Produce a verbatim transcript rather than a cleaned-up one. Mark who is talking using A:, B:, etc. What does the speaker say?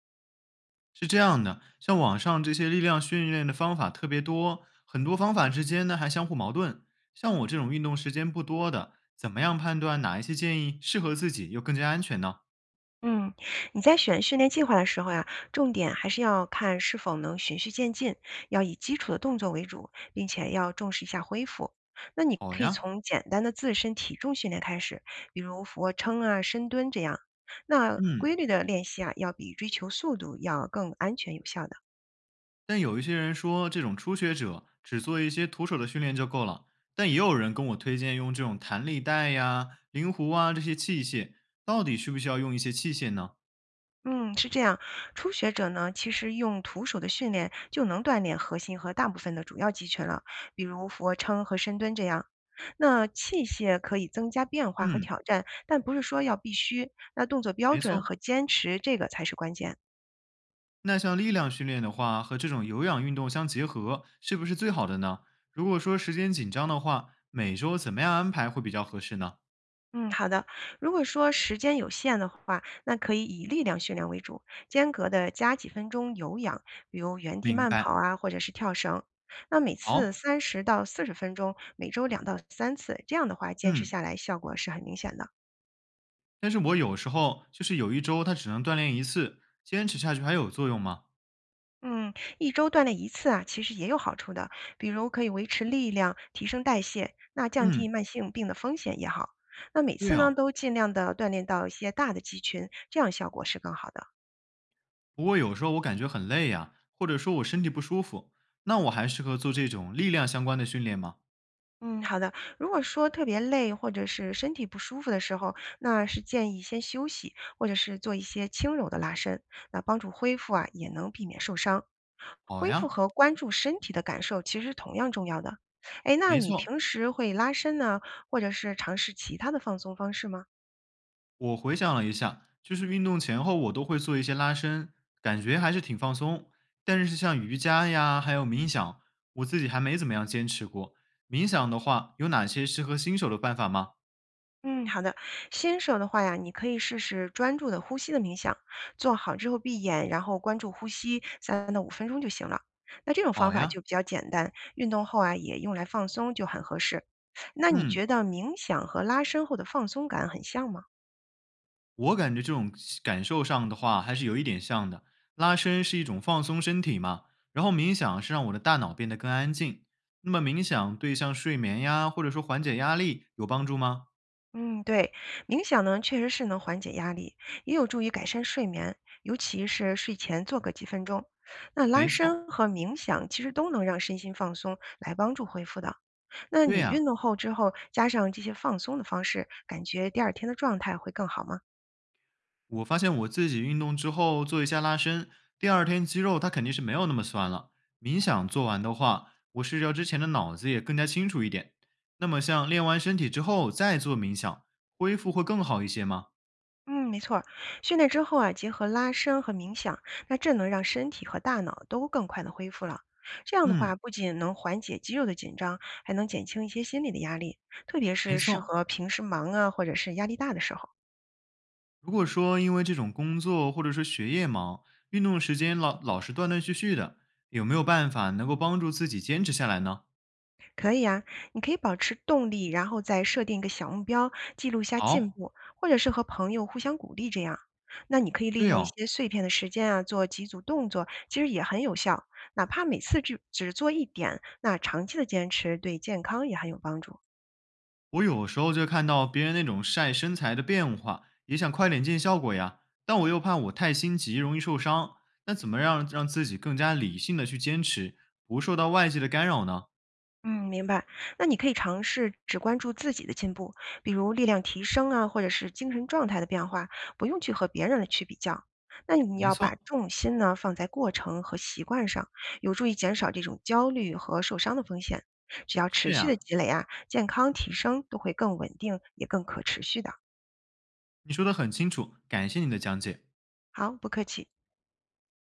A: 是这样的，像网上这些力量训练的方法特别多，很多方法之间呢还相互矛盾。像我这种运动时间不多的，怎么样判断哪一些建议适合自己又更加安全呢？
B: 嗯，你在选训练计划的时候呀，重点还是要看是否能循序渐进，要以基础的动作为主，并且要重视一下恢复。那你
A: 好
B: 可以
A: 呀，
B: 从简单的自身体重训练开始，比如俯卧撑啊、深蹲这样。那
A: 嗯。
B: 规律的练习啊，要比追求速度要更安全有效的。
A: 但有一些人说，这种初学者只做一些徒手的训练就够了。但也有人跟我推荐用这种弹力带呀、灵狐啊这些器械，到底需不需要用一些器械呢？
B: 嗯，是这样。初学者呢，其实用徒手的训练就能锻炼核心和大部分的主要肌群了，比如俯卧撑和深蹲这样。那器械可以增加变化和
A: 嗯，
B: 挑战，但不是说要必须。那动作标
A: 没
B: 准和
A: 错，
B: 坚持，这个才是关键。
A: 那像力量训练的话，和这种有氧运动相结合，是不是最好的呢？如果说时间紧张的话，每周怎么样安排会比较合适呢？
B: 嗯，好的。如果说时间有限的话，那可以以力量训练为主，间隔的加几分钟有氧，比如原地
A: 明
B: 慢跑
A: 白。
B: 啊，或者是跳绳。那每次
A: 好，
B: 三十到四十分钟，每周两到三次，这样的话坚持
A: 嗯，
B: 下来效果是很明显的。
A: 但是我有时候就是有一周它只能锻炼一次，坚持下去还有作用吗？
B: 嗯，一周锻炼一次啊，其实也有好处的，比如可以维持力量、提升代谢，那降低
A: 嗯，
B: 慢性病的风险也好。那每
A: 对
B: 次呢，
A: 哦。
B: 都尽量的锻炼到一些大的肌群，这样效果是更好的。
A: 不过有时候我感觉很累呀，或者说我身体不舒服，那我还适合做这种力量相关的训练吗？
B: 嗯，好的。如果说特别累或者是身体不舒服的时候，那是建议先休息，或者是做一些轻柔的拉伸，那帮助恢复啊，也能避免受伤。
A: 好
B: 恢复
A: 呀，
B: 和关注身体的感受其实同样重要的。哎，那
A: 没
B: 你
A: 错。
B: 平时会拉伸呢，或者是尝试其他的放松方式吗？
A: 我回想了一下，就是运动前后我都会做一些拉伸，感觉还是挺放松。但是像瑜伽呀，还有冥想，我自己还没怎么样坚持过。冥想的话，有哪些适合新手的办法吗？
B: 嗯，好的。新手的话呀，你可以试试专注的呼吸的冥想，做好之后闭眼，然后关注呼吸，三到五分钟就行了。那这种方
A: 好
B: 法
A: 呀，
B: 就比较简单，运动后啊也用来放松就很合适。那你
A: 嗯，
B: 觉得冥想和拉伸后的放松感很像吗？
A: 我感觉这种感受上的话，还是有一点像的。拉伸是一种放松身体嘛，然后冥想是让我的大脑变得更安静。那么冥想对像睡眠呀，或者说缓解压力有帮助吗？
B: 嗯，对，冥想呢确实是能缓解压力，也有助于改善睡眠，尤其是睡前做个几分钟。那拉
A: 没错，
B: 伸和冥想其实都能让身心放松，来帮助恢复的。那
A: 对
B: 你
A: 呀、
B: 运动后之后，加上这些放松的方式，感觉第二天的状态会更好吗？
A: 我发现我自己运动之后做一下拉伸，第二天肌肉它肯定是没有那么酸了。冥想做完的话，我睡觉之前的脑子也更加清楚一点。那么像练完身体之后再做冥想，恢复会更好一些吗？
B: 嗯，没错儿，训练之后啊，结合拉伸和冥想，那这能让身体和大脑都更快的恢复了。这样的
A: 嗯，
B: 话，不仅能缓解肌肉的紧张，还能减轻一些心理的压力，特别
A: 没
B: 是适
A: 错。
B: 合平时忙啊，或者是压力大的时候。
A: 如果说因为这种工作或者说学业忙，运动时间老老是断断续续的，有没有办法能够帮助自己坚持下来呢？
B: 可以啊，你可以保持动力，然后再设定一个小目标，记录一下进
A: 好，
B: 步，或者是和朋友互相鼓励这样。那你可以利
A: 对
B: 用一
A: 哦。
B: 些碎片的时间啊，做几组动作，其实也很有效。哪怕每次只只做一点，那长期的坚持对健康也很有帮助。
A: 我有时候就看到别人那种晒身材的变化，也想快点见效果呀，但我又怕我太心急容易受伤。那怎么让让自己更加理性的去坚持，不受到外界的干扰呢？
B: 嗯，明白。那你可以尝试只关注自己的进步，比如力量提升啊，或者是精神状态的变化，不用去和别人去比较。那你
A: 没
B: 要
A: 错，
B: 把重心呢放在过程和习惯上，有助于减少这种焦虑和受伤的风险。只要持
A: 是
B: 续
A: 呀，
B: 的积累啊，健康提升都会更稳定，也更可持续的。
A: 你说的很清楚，感谢你的讲解。
B: 好，不客气。